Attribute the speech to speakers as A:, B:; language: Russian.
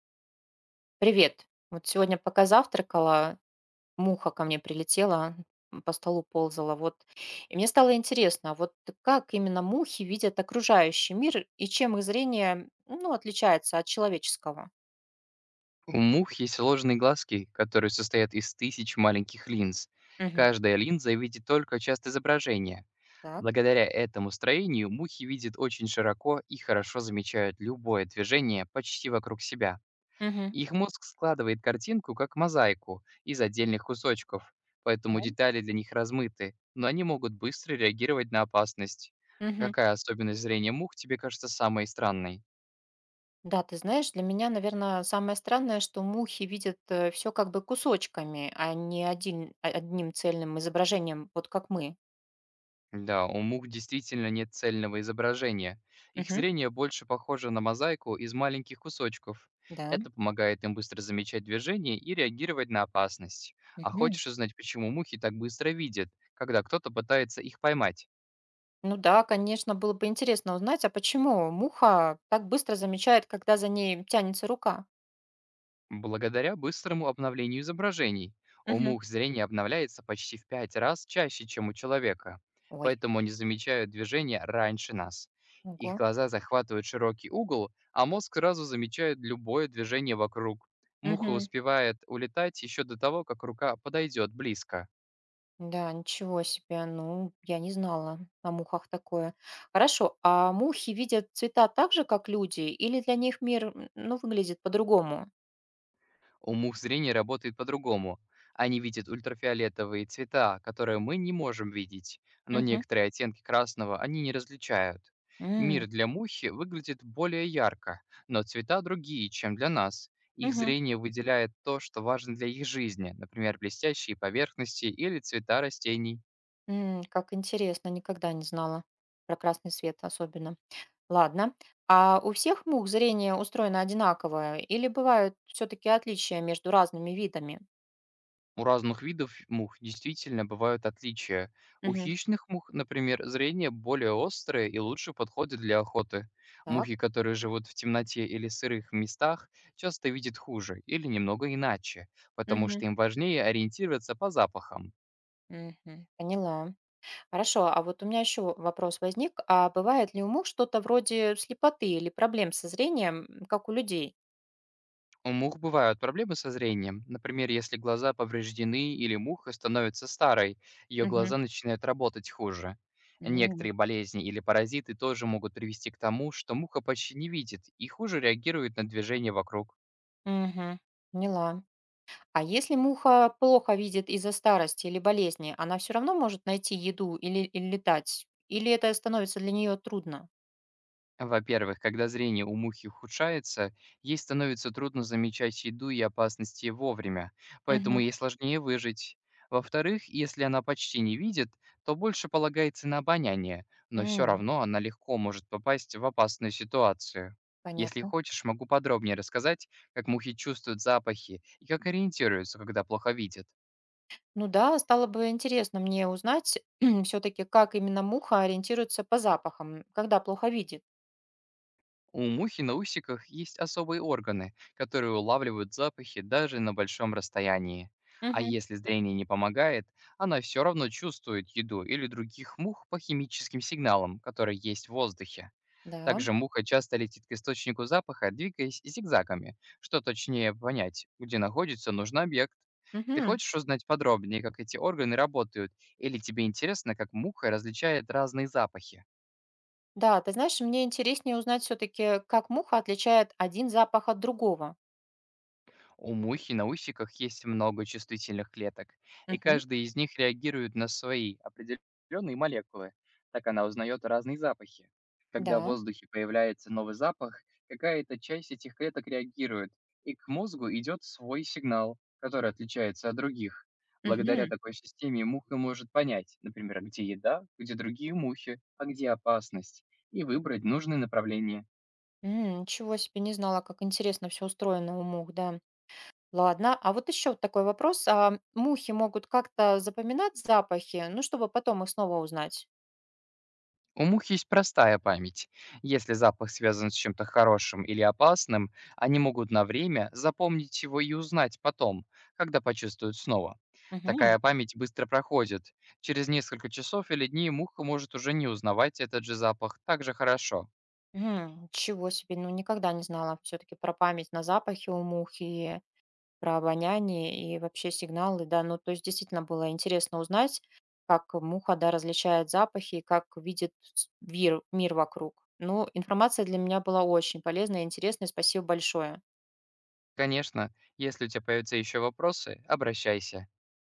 A: Привет. Вот сегодня, пока завтракала, муха ко мне прилетела, по столу ползала. Вот. И мне стало интересно, а вот как именно мухи видят окружающий мир и чем их зрение, ну, отличается от человеческого?
B: У мух есть сложные глазки, которые состоят из тысяч маленьких линз.
A: Мгм.
B: Каждая линза видит только часть изображения.
A: Так.
B: Благодаря этому строению мухи видят очень широко и хорошо замечают любое движение почти вокруг себя.
A: Мгм.
B: Их мозг складывает картинку как мозаику из отдельных кусочков, поэтому
A: Да.
B: детали для них размыты, но они могут быстро реагировать на опасность.
A: Мгм.
B: Какая особенность зрения мух тебе кажется самой странной?
A: Да, ты знаешь, для меня, наверное, самое странное, что мухи видят все как бы кусочками, а не один, одним цельным изображением, вот как мы.
B: Да, у мух действительно нет цельного изображения. Их
A: Мгм.
B: зрение больше похоже на мозаику из маленьких кусочков.
A: Да.
B: Это помогает им быстро замечать движение и реагировать на опасность. А
A: Мгм.
B: хочешь узнать, почему мухи так быстро видят, когда кто-то пытается их поймать?
A: Ну да, конечно, было бы интересно узнать, а почему муха так быстро замечает, когда за ней тянется рука?
B: Благодаря быстрому обновлению изображений у
A: Мгм.
B: мух зрение обновляется почти в 5 раз чаще, чем у человека,
A: Ой,
B: поэтому они замечают движение раньше нас.
A: ого.
B: Их глаза захватывают широкий угол, а мозг сразу замечает любое движение вокруг. Муха
A: Мгм.
B: успевает улетать еще до того, как рука подойдет близко.
A: Да, ничего себе. Ну, я не знала о мухах такое. Хорошо, а мухи видят цвета так же, как люди, или для них мир, ну, выглядит по-другому?
B: У мух зрение работает по-другому. Они видят ультрафиолетовые цвета, которые мы не можем видеть, но
A: Мгм.
B: некоторые оттенки красного они не различают.
A: М,
B: Мир для мухи выглядит более ярко, но цвета другие, чем для нас. Их
A: мгм.
B: зрение выделяет то, что важно для их жизни, например, блестящие поверхности или цвета растений.
A: Как интересно, никогда не знала про красный свет особенно. Ладно. А у всех мух зрение устроено одинаковое или бывают все-таки отличия между разными видами?
B: У разных видов мух действительно бывают отличия. У
A: Мгм.
B: хищных мух, например, зрение более острое и лучше подходит для охоты.
A: Так.
B: Мухи, которые живут в темноте или сырых местах, часто видят хуже или немного иначе, потому
A: Мгм.
B: что им важнее ориентироваться по запахам.
A: Мгм. Поняла. Хорошо. А вот у меня еще вопрос возник. А бывает ли у мух что-то вроде слепоты или проблем со зрением, как у людей?
B: У мух бывают проблемы со зрением. Например, если глаза повреждены или муха становится старой, ее
A: Мгм.
B: глаза начинают работать хуже.
A: М,
B: Некоторые болезни или паразиты тоже могут привести к тому, что муха почти не видит и хуже реагирует на движение вокруг.
A: мгм. Поняла. А если муха плохо видит из-за старости или болезни, она все равно может найти еду или, или летать? Или это становится для нее трудно?
B: Во-первых, когда зрение у мухи ухудшается, ей становится трудно замечать еду и опасности вовремя,
A: Мгм.
B: поэтому ей сложнее выжить. Во-вторых, если она почти не видит, то больше полагается на обоняние, но все
A: М.
B: равно она легко может попасть в опасную ситуацию. Если
A: Понятно.
B: хочешь, могу подробнее рассказать, как мухи чувствуют запахи и как ориентируются, когда плохо видят.
A: Ну да, стало бы интересно мне узнать все-таки, как именно муха ориентируется по запахам, когда плохо видит.
B: У мухи на усиках есть особые органы, которые улавливают запахи даже на большом расстоянии. А
A: Мгм.
B: если зрение не помогает, она все равно чувствует еду или других мух по химическим сигналам, которые есть в воздухе.
A: Да.
B: Также муха часто летит к источнику запаха, двигаясь зигзагами, что точнее понять, где находится нужный объект. Ты
A: Мгм.
B: хочешь узнать подробнее, как эти органы работают, или тебе интересно, как муха различает разные запахи?
A: Да, ты знаешь, мне интереснее узнать все-таки, как муха отличает один запах от другого.
B: У мухи на усиках есть много чувствительных клеток, и
A: Мгм.
B: каждая из них реагирует на свои определенные молекулы. Так она узнает разные запахи. Когда в
A: Да.
B: воздухе появляется новый запах, какая-то часть этих клеток реагирует, и к мозгу идет свой сигнал, который отличается от других. Благодаря
A: Мгм.
B: такой системе муха может понять, например, где еда, где другие мухи, а где опасность, и выбрать нужное направление.
A: Ничего себе, не знала, как интересно все устроено у мух, да. Ладно, а вот еще такой вопрос. А мухи могут как-то запоминать запахи, ну, чтобы потом их снова узнать?
B: У мух есть простая память. Если запах связан с чем-то хорошим или опасным, они могут на время запомнить его и узнать потом, когда почувствуют снова.
A: Мгм.
B: Такая память быстро проходит. Через несколько часов или дней муха может уже не узнавать этот же запах так же хорошо.
A: Мгм. Ничего себе, ну никогда не знала все-таки про память на запахи у мух и про обоняние и вообще сигналы, да, ну то есть действительно было интересно узнать, как муха, да, различает запахи и как видит мир вокруг. Ну, информация для меня была очень полезная и интересная, спасибо большое.
B: Конечно, если у тебя появятся еще вопросы, обращайся.